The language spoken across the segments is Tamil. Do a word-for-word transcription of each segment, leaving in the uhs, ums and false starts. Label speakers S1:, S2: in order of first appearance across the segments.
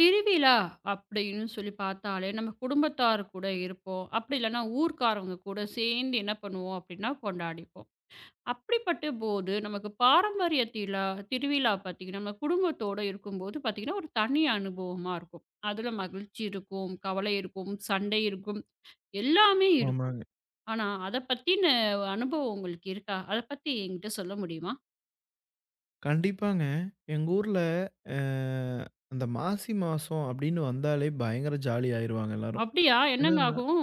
S1: திருவிழா அப்படின்னு சொல்லி பார்த்தாலே, நம்ம குடும்பத்தார் கூட இருப்போம். அப்படி இல்லன்னா ஊர்க்காரவங்க கூட சேர்ந்து என்ன பண்ணுவோம் அப்படின்னா, கொண்டாடிப்போம். அப்படிப்பட்ட போது நமக்கு பாரம்பரிய திலா திருவிழா பார்த்தீங்கன்னா, நம்ம குடும்பத்தோட இருக்கும்போது பார்த்தீங்கன்னா, ஒரு தனி அனுபவமா இருக்கும். அதில மகிழ்ச்சி இருக்கும், கவலை இருக்கும், சண்டை இருக்கும், எல்லாமே இருக்கும்.
S2: ஆமாங்க.
S1: ஆனா, அத பத்தின அனுபவம் உங்களுக்கு இருக்கா? அத பத்தி என்கிட்ட சொல்ல முடியுமா?
S2: கண்டிப்பாங்க. எங்க ஊர்ல அ அந்த மாசி மாசம் அப்படின்னு வந்தாலே பயங்கர ஜாலி ஆயிருவாங்க எல்லாரும்.
S1: அப்படியா? என்னங்க
S2: என்னன்னா
S1: ஆகும்?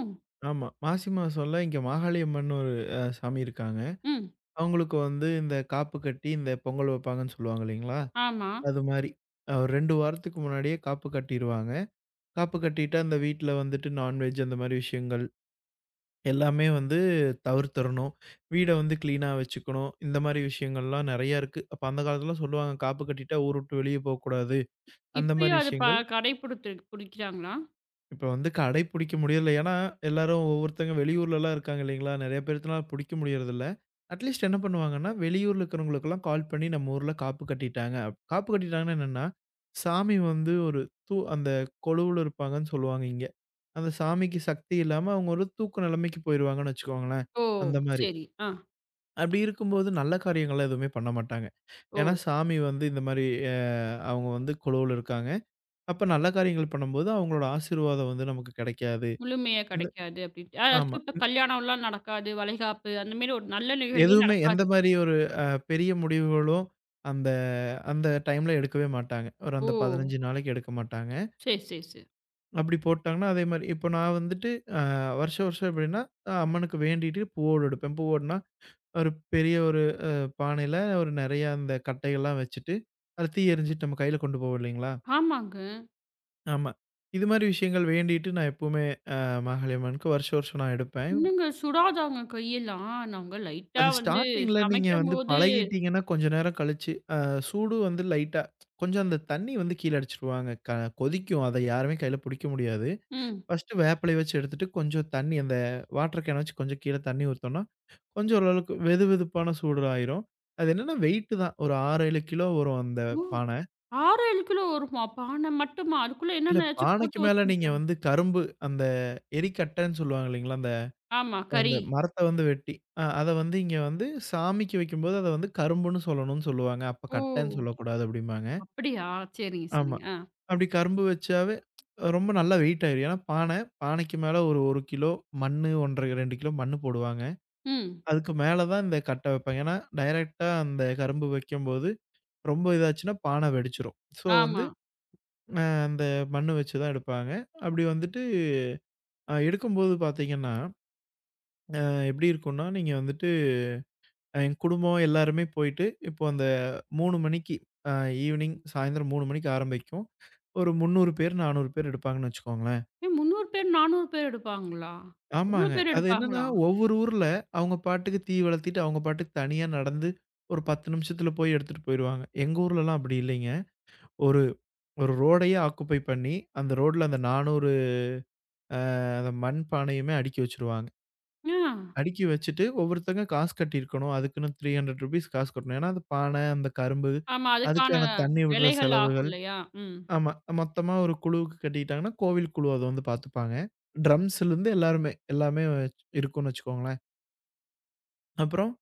S2: ஆமா. மாசி மாசம்ல இங்க மாகாளி அம்மன்னு ஒரு அ சாமி இருக்காங்க.
S1: ம்.
S2: அவங்களுக்கு வந்து இந்த காப்பு கட்டி இந்த பொங்கல் வைப்பாங்கன்னு சொல்லுவாங்க இல்லைங்களா?
S1: ஆமா.
S2: அது மாரி. அ ஒரு இரண்டு வாரத்துக்கு முன்னாடியே காப்பு கட்டிருவாங்க. காப்பு கட்டிட்டா அந்த வீட்ல வந்துட்டு நான்வெஜ் அந்த மாரி விஷயங்கள் எல்லாமே வந்து தவிர்த்தரணும். வீட வந்து கிளீனா வச்சுக்கணும். இந்த மாரி விஷயங்கள்லாம் நெறையா இருக்கு. அப்ப அந்த காலத்துல சொல்லுவாங்க, "காப்பு கட்டிட்டா ஊர விட்டு வெளிய போக்கூடாது." அந்த மாரி
S1: இப்பயும் அது ப
S2: விஷயங்கள்
S1: கடைபிடித்து பிடிக்கிறாங்களா?
S2: இப்ப வந்து கடைபிடிக்க முடியல. ஏன்னா, எல்லாரும் ஒவ்வொருத்தங்க வெளியூர்லலாம் இருக்காங்க இல்லைங்களா? நெறைய பேர்த்துனால பிடிக்க முடியறதில்ல. அட்லீஸ்ட் என்ன பண்ணுவாங்கன்னா, வெளியூர்ல இருக்கிறவங்களுக்கெல்லாம் கால் பண்ணி, "நம்ம ஊர்ல காப்பு கட்டிட்டாங்க." அப் காப்பு கட்டிட்டாங்கன்னா என்னன்னா, சாமி வந்து ஒரு தூ அந்த கொலுவுல இருப்பாங்கன்னு சொல்லுவாங்க இங்க. அந்த சாமிக்கு சக்தி இல்லாம அவங்க ஒரு தூக்க நிலைமைக்கு போயிருவாங்கன்னு வச்சுக்கோங்களேன்.
S1: ஓ!
S2: அந்த மாரி.
S1: சரி. ஆ.
S2: அப்படி இருக்கும்போது நல்ல காரியங்கள்லாம் எதுவுமே பண்ண மாட்டாங்க.
S1: ஓ!
S2: ஏன்னா சாமி வந்து இந்த மாரி அ அவங்க வந்து குழுவுல இருக்காங்க. அப்ப நல்ல காரியங்கள் பண்ணும்போது அவங்களோட ஆசீர்வாதம் வந்து நமக்கு கிடைக்காது.
S1: முழுமையா
S2: இந்த
S1: கிடைக்காது அப்டின்ட்டு.
S2: ஆமா.
S1: அதாச்சும் இப்ப கல்யாணம்லாம் நடக்காது, வளைகாப்பு அந்த மாரி ஒரு நல்ல நிகழ்வே
S2: எதுவுமே எந்த
S1: நடக்காது.
S2: மாரி ஒரு அ பெரிய முடிவுகளும் அந்த அந்த டைம்ல எடுக்கவே மாட்டாங்க. ஒரு
S1: ஓ!
S2: அந்த பதினைந்து நாளைக்கு எடுக்க மாட்டாங்க.
S1: சரி, சரி, சரி.
S2: அப்படி போட்டாங்கன்னா, அதே மாரி இப்போ நான் வந்துட்டு அ வருஷம் வருஷம் எப்படின்னா, அஹ், அம்மனுக்கு வேண்டிட்டு பூவோடு எடுப்பேன். பூவோடுனா ஒரு பெரிய ஒரு அ பானையில ஒரு நெறையா அந்த கட்டைகள்லாம் வச்சுட்டு, அத தீ எரிஞ்சுட்டு நம்ம கையில கொண்டு போவோம் இல்லைங்களா?
S1: ஆமாங்க.
S2: ஆமா. இது மாரி விஷயங்கள் வேண்டிட்டு நான் எப்பவுமே அ மாகாளி அம்மனுக்கு வருஷம் வருஷம் நான் எடுப்பேன்.
S1: இன்னுங்க சுடாதாங்க கையெல்லாம். நாங்க லைட்டா
S2: அது
S1: வந்து
S2: ஸ்டார்ட்டிங்ல நீங்க வந்து
S1: சமைக்கும்போது
S2: பழகிட்டீங்கன்னா, கொஞ்ச நேரம் கழிச்சு அ சூடு வந்து லைட்டா கொஞ்சம் அந்த தண்ணி வந்து கீழ அடிச்சுருவாங்க. க கொதிக்கும். அத யாருமே கையில புடிக்க முடியாது.
S1: ம்.
S2: ஃபர்ஸ்ட்டு வேப்பிலைய வச்சு எடுத்துட்டு, கொஞ்சம் தண்ணி அந்த வாட்டர் கேன வச்சு கொஞ்சம் கீழ தண்ணி ஊத்தோம்னா கொஞ்சம் ஓரளவுக்கு வெது வெதுப்பான சூடு ஆயிரும். அது என்னன்னா வெயிட்டு தான். ஒரு ஆறு, ஏழு கிலோ வரும் அந்த
S1: ஓ!
S2: பான.
S1: ஆறு, ஏழு கிலோ வருமா? பானை மட்டுமா? அதுக்குள்ள
S2: இல்ல
S1: என்னென்னயாச்சும்
S2: பானைக்கு
S1: போட்டு
S2: மேல நீங்க
S1: வச்சிருக்காங்க.
S2: வந்து கரும்பு அந்த எரிக்கட்டன்னு சொல்லுவாங்க இல்லைங்களா? அந்த
S1: ஆமா,
S2: அந்த
S1: கறி.
S2: மரத்த வந்து வெட்டி, அ அத வந்து இங்க வந்து சாமிக்கு வைக்கும்போது அத வந்து கரும்புன்னு சொல்லணும்னு சொல்லுவாங்க. அப்ப
S1: ஓ!
S2: கட்டன்னு சொல்லக்கூடாது அப்டிம்பாங்க.
S1: அப்படியா? சரிங்க,
S2: ஆமா.
S1: சரிங்க. ஆ.
S2: அப்டி கரும்பு வச்சாவே ரொம்ப நல்லா வெயிட் ஆயிரும். ஏன்னா பானை, பானைக்கு மேல ஒரு 1 கிலோ மண்ணு ஒன்று அரை இரண்டு கிலோ மண்ணு போடுவாங்க.
S1: ம்.
S2: அதுக்கு மேல தான் இந்த கட்ட வைப்பாங்க. ஏன்னா, டைரக்ட்டா அந்த கரும்பு வைக்கும்போது, ரொம்ப இதாச்சுன்னா பானை வெடிச்சுரும். ஸோ வந்து
S1: ஆமா.
S2: அ அந்த மண்ணு வச்சு தான் எடுப்பாங்க. அப்படி வந்துட்டு அ எடுக்கும்போது பார்த்தீங்கன்னா, அ எப்படி இருக்கும்னா, நீங்க வந்துட்டு அஹ், என் குடும்பம் எல்லாருமே போயிட்டு, இப்போ அந்த மூணு மணிக்கு அ ஈவினிங் சாயந்தரம் மூணு மணிக்கு ஆரம்பிக்கும். ஒரு முந்நூறு பேர், நானூறு பேர் எடுப்பாங்கன்னு வச்சுக்கோங்களேன்.
S1: ஏன் முன்னூறு பேர், நானூறு பேர் எடுப்பாங்களா? அவ்ளோ
S2: ஆமாங்க.
S1: பேர்
S2: அது என்னன்னா,
S1: எடுப்பாங்களா?
S2: ஒவ்வொரு ஊர்ல அவங்க பாட்டுக்கு தீ வளர்த்திட்டு, அவங்க பாட்டுக்கு தனியா நடந்து, ஒரு பத்து நிமிஷத்துல போய் எடுத்துட்டு போயிருவாங்க. எங்க ஊர்லலாம் அப்படி இல்லைங்க. ஒரு ஒரு ரோடையே ஆக்குபை பண்ணி, அந்த ரோட்ல அந்த நானூறு அந்த மண் பானையுமே அடுக்கி வச்சுருவாங்க.
S1: ஆ.
S2: அடுக்கி வச்சுட்டு ஒவ்வொருத்தங்க காசு கட்டியிருக்கணும். அதுக்குன்னு ரூ. முந்நூறு காசு கட்டணும். ஏன்னா, அந்த பானை, அந்த கரும்பு,
S1: ஆமா. அதுக்கான
S2: அதுக்கான தண்ணி விடுற
S1: விலைகள் ஆகும்
S2: செலவுகள்.
S1: இல்லையா? ம்.
S2: ஆமா. மொத்தமா ஒரு குழுவுக்கு கட்டிக்கிட்டாங்கன்னா, கோவில் குழு அத வந்து பார்த்துப்பாங்க. ட்ரம்ஸ்லேருந்து எல்லாருமே, எல்லாமே வச்சு- இருக்கும்னு வச்சுக்கோங்களேன். அப்புறம்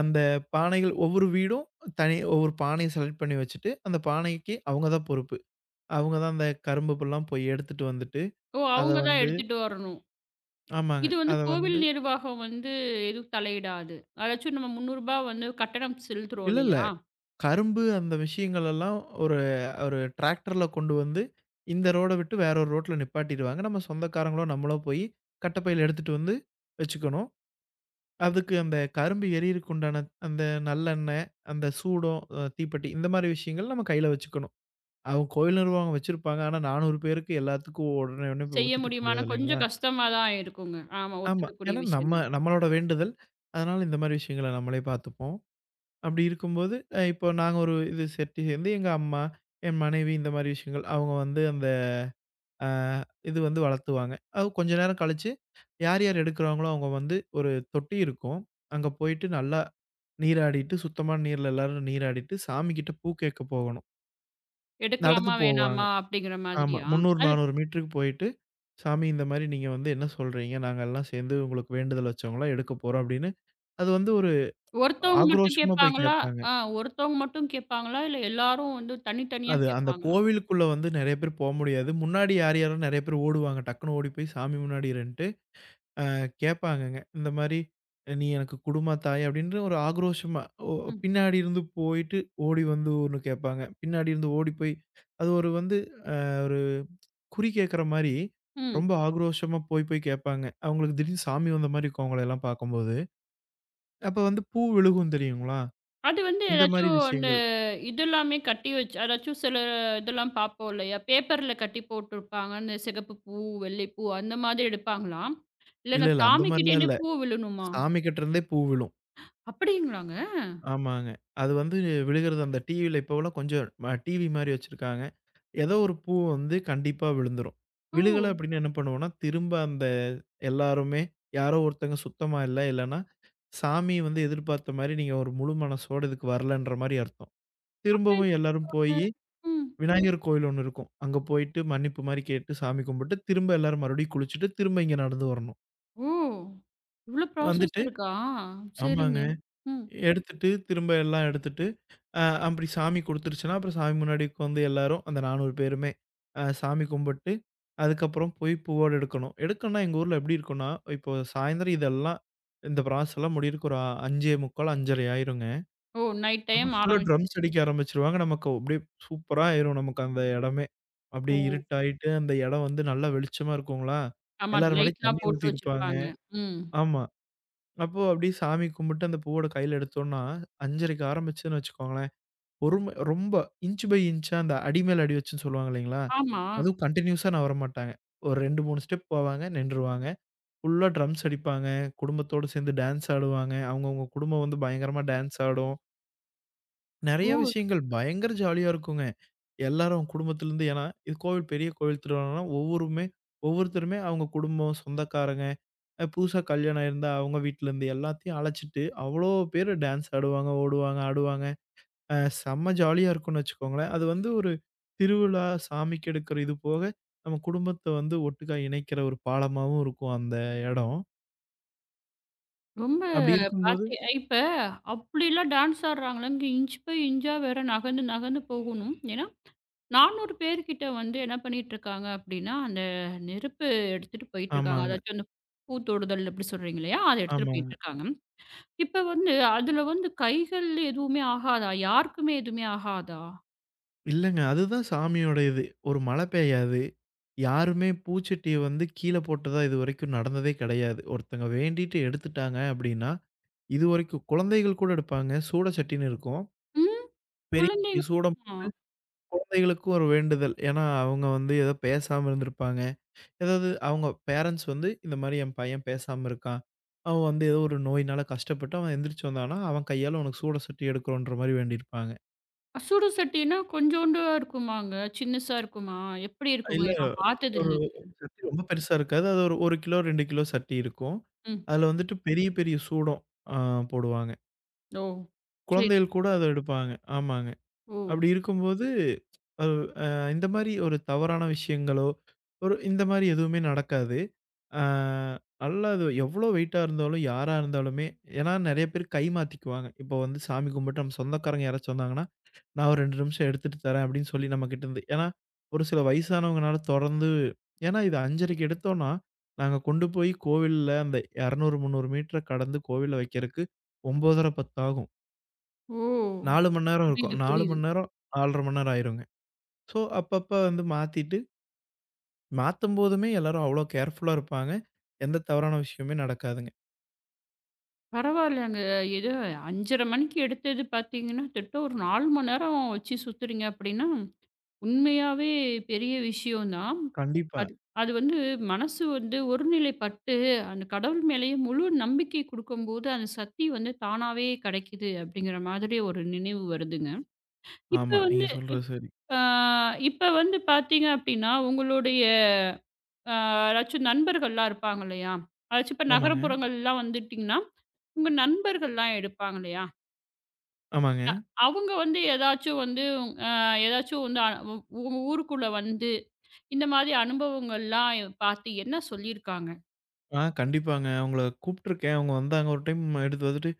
S2: அந்த பானைகள் ஒவ்வொரு வீடும் தனி ஒவ்வொரு பானைய செலக்ட் பண்ணி வச்சுட்டு, அந்த பானைக்கு அவங்க தான் பொறுப்பு. அவங்க தான் அந்த கரும்பு புல்லாம் போய் எடுத்துட்டு வந்துட்டு,
S1: ஓ!
S2: அத
S1: அவங்க தான்
S2: வந்து
S1: எடுத்துட்டு வரணும்.
S2: ஆமாங்க.
S1: இது வந்து
S2: அத
S1: கோவில்
S2: வந்து
S1: நிர்வாகம் வந்து எதுவும் தலையிடாது. அதாச்சும் நம்ம ரூ. முன்னூறு ரூபாய் வந்து கட்டணம் செலுத்துறோம்
S2: இல்ல, இல்ல.
S1: இல்லையா?
S2: கரும்பு அந்த விஷயங்கள் எல்லாம் ஒரு ஒரு டிராக்டர்ல கொண்டு வந்து, இந்த ரோட விட்டு வேற ஒரு ரோட்ல நிப்பாட்டிருவாங்க. நம்ம சொந்தக்காரங்களோ, நம்மளோ போய் கட்டப்பையில எடுத்துட்டு வந்து வச்சுக்கணும். அதுக்கு அந்த கரும்பு எரியறக்கு உண்டான அந்த நல்லெண்ணெய், அந்த சூடம், அ தீப்பெட்டி இந்த மாரி விஷயங்கள் நம்ம கையில வச்சுக்கணும். அவங்க கோயில் நிர்வாகம் வச்சிருப்பாங்க. ஆனா நானூறு பேருக்கு எல்லாத்துக்கும் உடனே உடனே போய்
S1: செய்ய
S2: ஊத்திட்டு இருக்க
S1: முடியுமான்னா
S2: முடியாது இல்லைங்களா?
S1: கொஞ்சம் கஷ்டமா தான் இருக்குங்க. ஆமா
S2: ஆமா.
S1: ஒத்துக்கக்கூடிய
S2: ஏன்னா நம்ம
S1: விஷயம் தான்.
S2: நம்மளோட வேண்டுதல். அதனால இந்த மாரி விஷயங்கள நம்மளே பார்த்துப்போம். அப்படி இருக்கும்போது, அ இப்போ நாங்க ஒரு இது செட்டு சேர்ந்து எங்க அம்மா, என் மனைவி இந்த மாரி விஷயங்கள் அவங்க வந்து அந்த அ இது வந்து வளர்த்துவாங்க. அது கொஞ்ச நேரம் கழிச்சு, யார் யார் எடுக்குறாங்களோ அவங்க வந்து ஒரு தொட்டி இருக்கும். அங்க போயிட்டு நல்லா நீராடிட்டு, சுத்தமான நீர்ல எல்லாரும் நீராடிட்டு, சாமி கிட்ட பூ கேட்க போகணும். நடந்து
S1: எடுக்கலாமா?
S2: போவாங்க.
S1: வேணாமா? அப்படிங்கிற
S2: ஆமா.
S1: மாதிரியா?
S2: முந்நூறு,
S1: அது
S2: நானூறு மீட்டருக்கு போயிட்டு, "சாமி இந்த மாரி நீங்க வந்து என்ன சொல்றீங்க? நாங்க எல்லாம் சேர்ந்து உங்களுக்கு வேண்டுதல் வச்சவங்களா எடுக்க போறோம்." அப்படின்னு அது வந்து ஒரு
S1: ஒருத்தவங்க மட்டும்
S2: ஆக்ரோஷமா போய்
S1: கேட்பாங்களா?
S2: கேட்பாங்க.
S1: ஆ ஒருத்தவங்க மட்டும் கேட்பாங்களா? இல்ல எல்லாரும் வந்து தனித்தனியா
S2: அது அந்த
S1: கேட்பாங்களா?
S2: கோவிலுக்குள்ள வந்து நெறைய பேர் போ முடியாது. முன்னாடி யார் யாரோ நெறைய பேர் ஓடுவாங்க. டக்குனு ஓடி போய் சாமி முன்னாடி இருன்ட்டு அ கேட்பாங்கங்க. இந்த மாரி "நீ எனக்கு குடும்மா தாய்" அப்படின்ற ஒரு ஆக்ரோஷமா ஒ
S1: ம்.
S2: பின்னாடி இருந்து போயிட்டு ஓடி வந்து ஒண்ணு கேட்பாங்க. பின்னாடி இருந்து ஓடி போய் அது ஒரு வந்து அ ஒரு குறி கேட்கற மாரி
S1: ம்.
S2: ரொம்ப ஆக்ரோஷமா போய் போய் கேட்பாங்க. அவங்களுக்கு திடீர்னு சாமி வந்த மாரி இருக்கும் அவங்களயெல்லாம் பார்க்கும்போது. அப்ப வந்து பூ விழுகும் தெரியுங்களா?
S1: அது வந்து
S2: இந்த மாரி
S1: ஏதாச்சும் அந்த
S2: விஷயங்கள்.
S1: இதெல்லாமே கட்டி வச்சு அதாச்சும் சில இதெல்லாம் பார்ப்போம் இல்லையா? பேப்பர்ல கட்டி போட்டுருப்பாங்க. அந்த சிகப்பு பூ, வெள்ளை பூ அந்த மாதிரி எடுப்பாங்களா? இல்ல
S2: இல்ல,
S1: நான்
S2: இல்ல அந்த மாரிலாம்
S1: சாமிக்கிட்டேன்னு
S2: இல்ல.
S1: பூ விழணுமா?
S2: சாமிகிட்ட இருந்தே பூ விழும்.
S1: அப்படிங்களாங்க?
S2: ஆமாங்க. அது வந்து விழுகிறது அந்த டிவில இப்போவெல்லாம் கொஞ்சம் ம டிவி மாரி வச்சிருக்காங்க. ஏதோ ஒரு பூ வந்து கண்டிப்பா விழுந்துரும்.
S1: ஓ!
S2: விழுகல அப்டின்னா என்ன பண்ணுவோம்னா, திரும்ப அந்த எல்லாருமே யாரோ ஒருத்தங்க சுத்தமா இல்ல, இல்லன்னா சாமி வந்து எதிர்பார்த்த மாரி நீங்க ஒரு முழு மனசோட இதுக்கு வரலன்ற மாரி அர்த்தம்.
S1: அப்ப
S2: திரும்பவும் எல்லாரும் போயி
S1: என்னங்க? ம்.
S2: விநாயகர் கோயில் ஒண்ணு இருக்கும். அங்க போயிட்டு மன்னிப்பு மாரி கேட்டு சாமி கும்பிட்டு, திரும்ப எல்லாரும் மறுபடியும் குளிச்சுட்டு, திரும்ப இங்க நடந்து வரணும்.
S1: ஓ! இவ்ளோ ப்ராசஸ்
S2: வந்துட்டு
S1: இருக்கா? சரிங்க.
S2: ஆமாங்க.
S1: ம்.
S2: எடுத்துட்டு, திரும்ப எல்லாம் எடுத்துட்டு, அ அப்படி சாமி குடுத்துருச்சுன்னா, அப்புறம் சாமி முன்னாடி உட்காந்து எல்லாரும் அந்த நானூறு பேருமே அ சாமி கும்பிட்டு, அதுக்கப்புறம் போய் பூவோட எடுக்கணும். எடுக்கணும்னா எங்க ஊர்ல எப்படி இருக்கும்னா, இப்போ சாயந்தரம் இதெல்லாம் இந்த ப்ராசஸ்லாம் முடியறக்கு ஒரு ஐந்து நாற்பத்தி ஐந்து ஐந்தரை ஆயிருங்க.
S1: ஓ! நைட் டைம்
S2: அப்புறம் ஃபுல்லா ட்ரம்ஸ்
S1: ஆரம்பிச்சுரும்.
S2: அடிக்க ஆரம்பிச்சுருவாங்க. நமக்கு அப்படியே சூப்பரா ஆயிரும் நமக்கு அந்த இடமே. அப்படியே
S1: ஓ!
S2: இருட்டாயிட்டு அந்த இடம் வந்து நல்லா வெளிச்சமா இருக்குங்களா?
S1: ஆமா.
S2: எல்லார் மேலயும்
S1: லைட்லாம்
S2: தண்ணி
S1: போட்டு
S2: ஊத்திருப்பாங்க.
S1: வச்சிருப்பாங்க. ம்.
S2: ஆமா. அப்போ அப்படியே சாமி கும்பிட்டு அந்த பூவோட கையில எடுத்தோம்ன்னா, 5:30க்கு ஆரம்பிச்சதுன்னு வச்சுக்கோங்களேன், பொறுமை ரொம்ப இன்ச் பை இன்ச்சா அந்த அடி மேல அடி வச்சுன்னு சொல்லுவாங்க இல்லைங்களா?
S1: ஆமா.
S2: அதுவும் கன்டினியூஸா நகர மாட்டாங்க. ஒரு இரண்டு, மூன்று ஸ்டெப் போவாங்க, நின்றுவாங்க. ஃபுல்லா ட்ரம்ஸ் அடிப்பாங்க, குடும்பத்தோட சேர்ந்து டான்ஸ் ஆடுவாங்க. அவங்கவங்க குடும்பம் வந்து பயங்கரமா டான்ஸ் ஆடும். நெறைய
S1: ஓ!
S2: விஷயங்கள் பயங்கர ஜாலியா இருக்குங்க. எல்லாரும் குடும்பத்திலேருந்து ஏன்னா, இது கோவில் பெரிய கோவில் திருவிழான்னா ஒவ்வொருமே ஒவ்வொருத்தருமே அவங்க குடும்பம், சொந்தக்காரங்க அ புதுசா கல்யாணம் ஆயிருந்தா அவங்க வீட்லருந்து எல்லாத்தையும் அழைச்சிட்டு, அவ்வளோ பேரு டான்ஸ் ஆடுவாங்க, ஓடுவாங்க, ஆடுவாங்க. அ செம்ம ஜாலியா இருக்கும்னு வச்சுக்கோங்களேன். அது வந்து ஒரு திருவிழா, சாமிக்கு எடுக்கிற இது போக, நம்ம குடும்பத்த வந்து ஒட்டுக்கா இணைக்கிற ஒரு பாலமாவும் இருக்கும் அந்த எடம்.
S1: ரொம்ப
S2: அப்படி இருக்கும்போது
S1: பாத்தே இப்ப அப்படிலாம் டான்ஸ் ஆடுறாங்களாங்க இன்ச் பை இன்ச்சா வேற நகர்ந்து நகர்ந்து போகணும். ஏன்னா நானூறு பேர்கிட்ட வந்து என்ன பண்ணிட்டு இருக்காங்க அப்படின்னா, அந்த நெருப்பு எடுத்துட்டு போயிட்டு இருக்காங்க.
S2: ஆமாங்க,
S1: அதாச்சும் அந்த பூத்தொடுதல் அப்படி சொல்றீங்க இல்லையா? அத எடுத்துட்டு
S2: ஆமாங்க.
S1: போயிட்டு இருக்காங்க. இப்ப வந்து அதுல வந்து கைகள் எதுவுமே ஆகாதா? யாருக்குமே எதுவுமே ஆகாதா?
S2: இல்லங்க. அதுதான் சாமியோட இது. ஒரு மழை பெய்யாது. யாருமே பூச்சட்டிய வந்து கீழ போட்டதா இதுவரைக்கும் நடந்ததே கிடையாது. ஒருத்தங்க வேண்டிட்டு எடுத்துட்டாங்க அப்படின்னா, இதுவரைக்கும் குழந்தைகள் கூட எடுப்பாங்க. சூட சட்டின்னு இருக்கும்.
S1: ம்.
S2: பெரிய
S1: குழந்தைங்க
S2: சூடம்
S1: ஆ.
S2: குழந்தைகளுக்கும் ஒரு வேண்டுதல். ஏன்னா, அவங்க வந்து ஏதோ பேசாம இருந்திருப்பாங்க. ஏதாவது அவங்க பேரண்ட்ஸ் வந்து இந்த மாரி என் பையன் பேசாம இருக்கான். அவன் வந்து ஏதோ ஒரு நோயினால கஷ்டப்பட்டு அவன் எந்திரிச்சு வந்தான்னா, அவன் கையால உனக்கு சூட சுட்டு எடுக்கிறோன்ற மாரி வேண்டியிருப்பாங்க.
S1: சுடு சட்டினா கொஞ்சோண்டா இருக்குமாங்க? சின்னசா இருக்குமா? எப்படி இருக்குங்க?
S2: இல்ல
S1: நான் பார்த்தது
S2: ஒரு
S1: இல்லங்க.
S2: சட்டி ரொம்ப பெருசா இருக்காது. அது ஒரு 1 கிலோ இரண்டு கிலோ சட்டி இருக்கும்.
S1: ம்.
S2: அதுல வந்துட்டு பெரிய பெரிய சூடம் ஆ போடுவாங்க.
S1: ஓ! சரி.
S2: குழந்தைகள் கூட அத எடுப்பாங்க. ஆமாங்க.
S1: ஓ!
S2: அப்படி இருக்கும்போது, அது அ இந்த மாரி ஒரு தவறான விஷயங்களோ, ஒரு இந்த மாரி எதுவுமே நடக்காது. ஆ நல்லா அது எவ்வளோ வெயிட்டா இருந்தாலும், யாரா இருந்தாலுமே ஏன்னா நெறைய பேர் கை மாத்திக்குவாங்க. இப்போ வந்து சாமி கும்பிட்டு நம்ம சொந்தக்காரங்க யாராச்சும் வந்தாங்கன்னா, "நான் ஒரு இரண்டு நிமிஷம் எடுத்துட்டு தரேன்" அப்படின்னு சொல்லி நம்மகிட்ட இருந்து ஏன்னா ஒரு சில வயசானவங்கனால தொடர்ந்து ஏன்னா இது 5:30க்கு எடுத்தோம்னா, நாங்க கொண்டு போய் கோவில்ல அந்த இருநூறு, முந்நூறு மீட்டர கடந்து கோவில்ல வைக்கிறதுக்கு ஒன்பதரை, பத்து ஆகும்.
S1: ஓ!
S2: நாலு மணி நேரம் இருக்கும்.
S1: புரியுது,
S2: நாலு
S1: புரியுது.
S2: மணி நேரம் நாலரை மணி நேரம் ஆயிருங்க. ஸோ, அப்பப்ப வந்து மாத்திட்டு, மாத்தும்போதுமே எல்லாரும் அவ்ளோ கேர்ஃபுல்லா இருப்பாங்க. எந்த தவறான விஷயமுமே நடக்காதுங்க.
S1: பரவாயில்லங்க. ஏதோ ஐந்தரை மணிக்கு எடுத்தது பார்த்தீங்கன்னா, திட்ட ஒரு நான்கு மணி நேரம் வச்சு சுத்துறீங்க அப்படின்னா, உண்மையாவே பெரிய விஷயம் தான்.
S2: கண்டிப்பா.
S1: அது அது வந்து மனசு வந்து ஒருநிலைப்பட்டு, அந்த கடவுள் மேலேயே முழு நம்பிக்கை குடுக்கும்போது, அந்த சக்தி வந்து தானாவே கிடைக்குது அப்படிங்கிற மாதிரி ஒரு நினைவு வருதுங்க. இப்ப
S2: ஆமா. நீங்க
S1: வந்து
S2: சொல்றது
S1: இப்
S2: சரி.
S1: ஆ இப்ப வந்து பார்த்தீங்க அப்படின்னா, உங்களுடைய அ யாராச்சும் நண்பர்கள்லாம் இருப்பாங்க இல்லையா? அதாச்சும் இப்ப
S2: ஆமாங்க,
S1: நகரப்புறங்கள்லாம் வந்துட்டீங்கன்னா உங்க நண்பர்கள்லாம் எடுப்பாங்க இல்லையா?
S2: ஆமாங்க.
S1: அவங்க வந்து ஏதாச்சும் வந்து அ ஏதாச்சும் வந்து அ உ உங்க ஊருக்குள்ள வந்து இந்த மாதிரி அனுபவங்கள்லாம் பார்த்து என்ன சொல்லியிருக்காங்க?
S2: ஆ கண்டிப்பாங்க. அவங்கள கூப்ட்டுருக்கேன். அவங்க வந்தாங்க ஒரு டைம் எடுத்து வந்துட்டு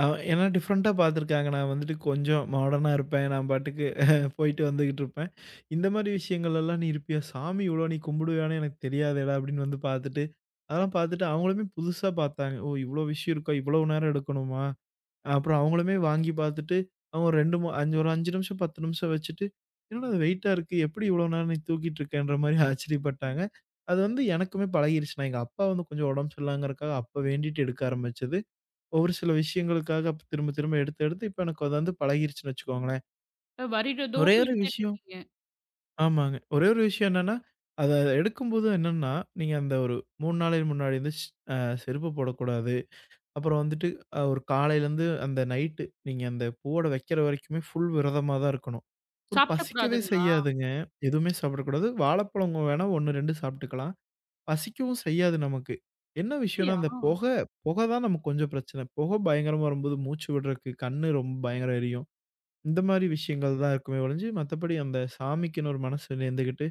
S2: அ ஏன்னா டிஃப்ரெண்ட்டா பார்த்துருக்காங்க. நான் வந்துட்டு கொஞ்சம் மாடர்னா இருப்பேன். நான் பாட்டுக்கு போயிட்டு வந்துகிட்டு இருப்பேன். இந்த மாரி விஷயங்கள் எல்லாம் "நீ இருப்பியா? சாமி இவ்ளோ நீ கும்பிடுவியான்னு எனக்கு தெரியாதேடா" அப்படின்னு வந்து பார்த்துட்டு, அதெல்லாம் பார்த்துட்டு அவங்களுமே புதுசா பார்த்தாங்க. "ஓ! இவ்ளோ விஷயம் இருக்கா? இவ்வளவு நேரம் எடுக்கணுமா?" அப்புறம் அவங்களுமே வாங்கி பார்த்துட்டு, அவங்க இரண்டு மு அஞ்சு ஒரு ஐந்து நிமிஷம் பத்து நிமிஷம் வச்சுட்டு, "என்னடா இது வெயிட்டா இருக்கு. எப்படி இவ்வளோ நேரம் நீ தூக்கிட்டு இருக்கேன்ற" மாரி ஆச்சரியப்பட்டாங்க. அது வந்து எனக்குமே பழகிருச்சு. நான் எங்க அப்பா வந்து கொஞ்சம் உடம்பு சரியில்லாங்கிறக்காக அப்ப வேண்டிட்டு எடுக்க ஆரம்பிச்சது. ஒரு சில விஷயங்களுக்காக அப்ப திரும்ப திரும்ப எடுத்து எடுத்து இப்ப எனக்கு அது வந்து பழகிருச்சுன்னு வச்சுக்கோங்களேன். ஒரே
S1: வருடதோறும்
S2: ஒரு
S1: எடுத்துட்டு
S2: விஷயம்
S1: இருக்கீங்க.
S2: ஆமாங்க. ஒரே ஒரு விஷயம் என்னன்னா, அத எடுக்கும்போது என்னன்னா, நீங்க அந்த ஒரு மூன்று நாளைக்கு முன்னாடி வந்து ஸ் அ செருப்பு போடக்கூடாது. அப்புறம் வந்துட்டு அ ஒரு காலையிலேருந்து அந்த நைட்டு நீங்க அந்த பூவோட வைக்கிற வரைக்குமே ஃபுல் விரதமா தான் இருக்கணும். ஒரு பசிக்கவே
S1: சாப்பிடக்கூடாதுங்களா?
S2: செய்யாதுங்க. எதுவுமே சாப்பிடக்கூடாது. வாழைப்பழம் வேணா ஒன்று, இரண்டு சாப்பிட்டுக்கலாம். பசிக்கவும் செய்யாது நமக்கு. என்ன விஷயம்னா,
S1: அப்படியா?
S2: அந்த புகை புகை தான் நமக்கு கொஞ்சம் பிரச்சனை. புகை பயங்கரமா வரும்போது மூச்சு விடுறக்கு கண்ணு ரொம்ப பயங்கரம் எரியும். இந்த மாரி விஷயங்கள் தான் இருக்குமே ஒழிஞ்சு, மத்தபடி அந்த சாமிக்குன்னு ஒரு மனசு நேர்ந்துகிட்டு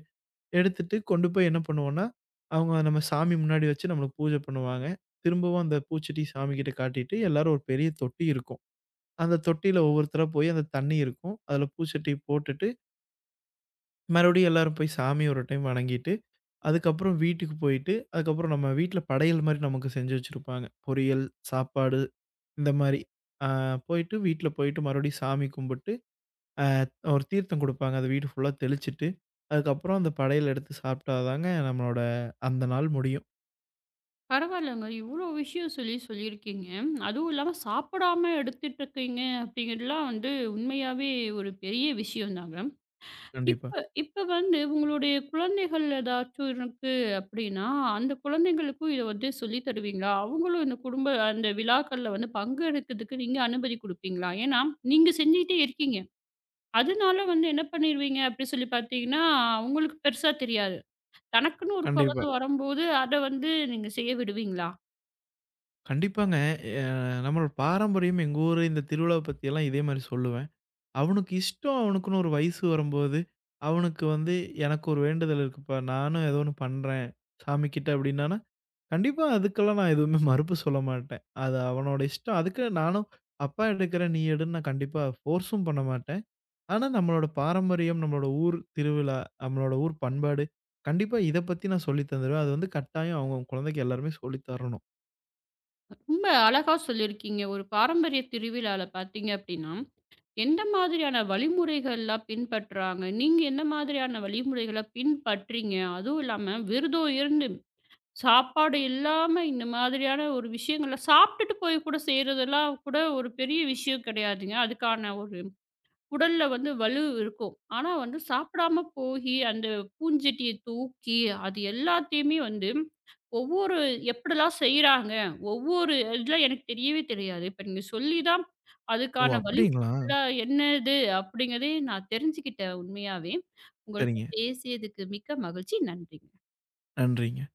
S2: எடுத்துட்டு கொண்டு போய் என்ன பண்ணுவோம்னா, அவங்க நம்ம சாமி முன்னாடி வச்சு நம்மளுக்கு பூஜை பண்ணுவாங்க. திரும்பவும் அந்த பூச்செடி சாமிகிட்ட காட்டிட்டு எல்லாரும் ஒரு பெரிய தொட்டி இருக்கும். அந்த தொட்டியில ஒவ்வொருத்தரா போய் அந்த தண்ணி இருக்கும். அதில பூச்செடி போட்டுட்டு, மறுபடியும் எல்லாரும் போய் சாமிய ஒரு டைம் வணங்கிட்டு, அதுக்கப்புறம் வீட்டுக்கு போயிட்டு, அதுக்கப்புறம் நம்ம வீட்ல படையல் மாரி நமக்கு செஞ்சு வச்சிருப்பாங்க. பொரியல், சாப்பாடு இந்த மாரி. ஆ போயிட்டு வீட்ல போயிட்டு மறுபடியும் சாமி கும்பிட்டு ஒரு தீர்த்தம் குடுப்பாங்க. அது வீடு ஃபுல்லா தெளிச்சுட்டு, அதுக்கப்புறம் அந்த படையல் எடுத்து சாப்பிட்டா தாங்க நம்மளோட அந்த நாள் முடியும்.
S1: பரவாயில்லங்க. இவ்வளோ விஷயம் சொல்லி சொல்லியிருக்கீங்க. அதுவும் இல்லாம சாப்பிடாம எடுத்துட்டு இருக்கீங்க அப்படிங்கிறதுலாம் வந்து உண்மையாவே ஒரு பெரிய விஷயம் தாங்க.
S2: கண்டிப்பா.
S1: இப்ப இப்ப வந்து உங்களுடைய குழந்தைகள் ஏதாச்சும் இருக்கு அப்படின்னா, அந்த குழந்தைங்களுக்கும் இத வந்து சொல்லி தருவீங்களா? அவங்களும் இந்த குடும்ப அந்த விழாக்கள்ல வந்து பங்கெடுக்கிறதுக்கு நீங்க அனுமதி குடுப்பீங்களா? ஏன்னா, நீங்க செஞ்சுகிட்டே இருக்கீங்க. அதனால வந்து என்ன பண்ணிருவீங்க அப்படி சொல்லி பார்த்தீங்கன்னா, அவங்களுக்கு பெருசா தெரியாது. தனக்குன்னு ஒரு
S2: கண்டிப்பா.
S1: குழந்தை வரும்போது, அத வந்து நீங்க செய்ய விடுவீங்களா?
S2: கண்டிப்பாங்க. அ நம்மளோட பாரம்பரியம் எங்க ஊரு இந்த திருவிழாவ பத்தியெல்லாம் இதே மாரி சொல்லுவேன். அவனுக்கு இஷ்டம் அவனுக்குன்னு ஒரு வயசு வரும்போது, அவனுக்கு வந்து எனக்கு ஒரு வேண்டுதல் இருக்குப்பா. நானும் ஏதோ ஒண்ணு பண்றேன் சாமிக்கிட்ட அப்டின்னானா, கண்டிப்பா அதுக்கெல்லாம் நான் எதுவுமே மறுப்பு சொல்ல மாட்டேன். அது அவனோட இஷ்டம். அதுக்கு நானும் அப்பா எடுக்கிறேன், நீ எடுன்னு நான் கண்டிப்பா ஃபோர்ஸும் பண்ண மாட்டேன். ஆனா, நம்மளோட பாரம்பரியம், நம்மளோட ஊர் திருவிழா, நம்மளோட ஊர் பண்பாடு, கண்டிப்பா இத பத்தி நான் சொல்லி தந்துருவேன். அது வந்து கட்டாயம் அவுங்கவுங்க குழந்தைக்கு எல்லாருமே சொல்லி தரணும்.
S1: ரொம்ப அழகா சொல்லியிருக்கீங்க. ஒரு பாரம்பரிய திருவிழால பார்த்தீங்க அப்படின்னா, எந்த மாதிரியான வழிமுறைகள்லாம் பின்பற்றாங்க? நீங்க என்ன மாதிரியான வழிமுறைகள பின்பற்றீங்க? அதுவும் இல்லாம விரதம் இருந்து, சாப்பாடு இல்லாம இந்த மாதிரியான ஒரு விஷயங்கள சாப்பிட்டுட்டு போய் கூட செய்றதெல்லாம் கூட ஒரு பெரிய விஷயம் கிடையாதுங்க. அதுக்கான ஒரு உடல்ல வந்து வலு இருக்கும். ஆனா வந்து சாப்பிடாம போயி, அந்த பூஞ்சட்டிய தூக்கி, அது எல்லாத்தையுமே வந்து ஒவ்வொரு எப்படிலாம் செய்றாங்க? ஒவ்வொரு இதெல்லாம் எனக்கு தெரியவே தெரியாது. இப்ப நீங்க சொல்லி தான்
S2: ஓ!
S1: அதுக்கான
S2: அப்படிங்களா?
S1: வழிமுறைலாம் என்னது? அப்படிங்கிறதே நான் தெரிஞ்சுக்கிட்டேன் உண்மையாவே. உங்கள்ட்ட
S2: சரிங்க.
S1: பேசியதுக்கு மிக்க மகிழ்ச்சி. நன்றி.
S2: நன்றிங்க.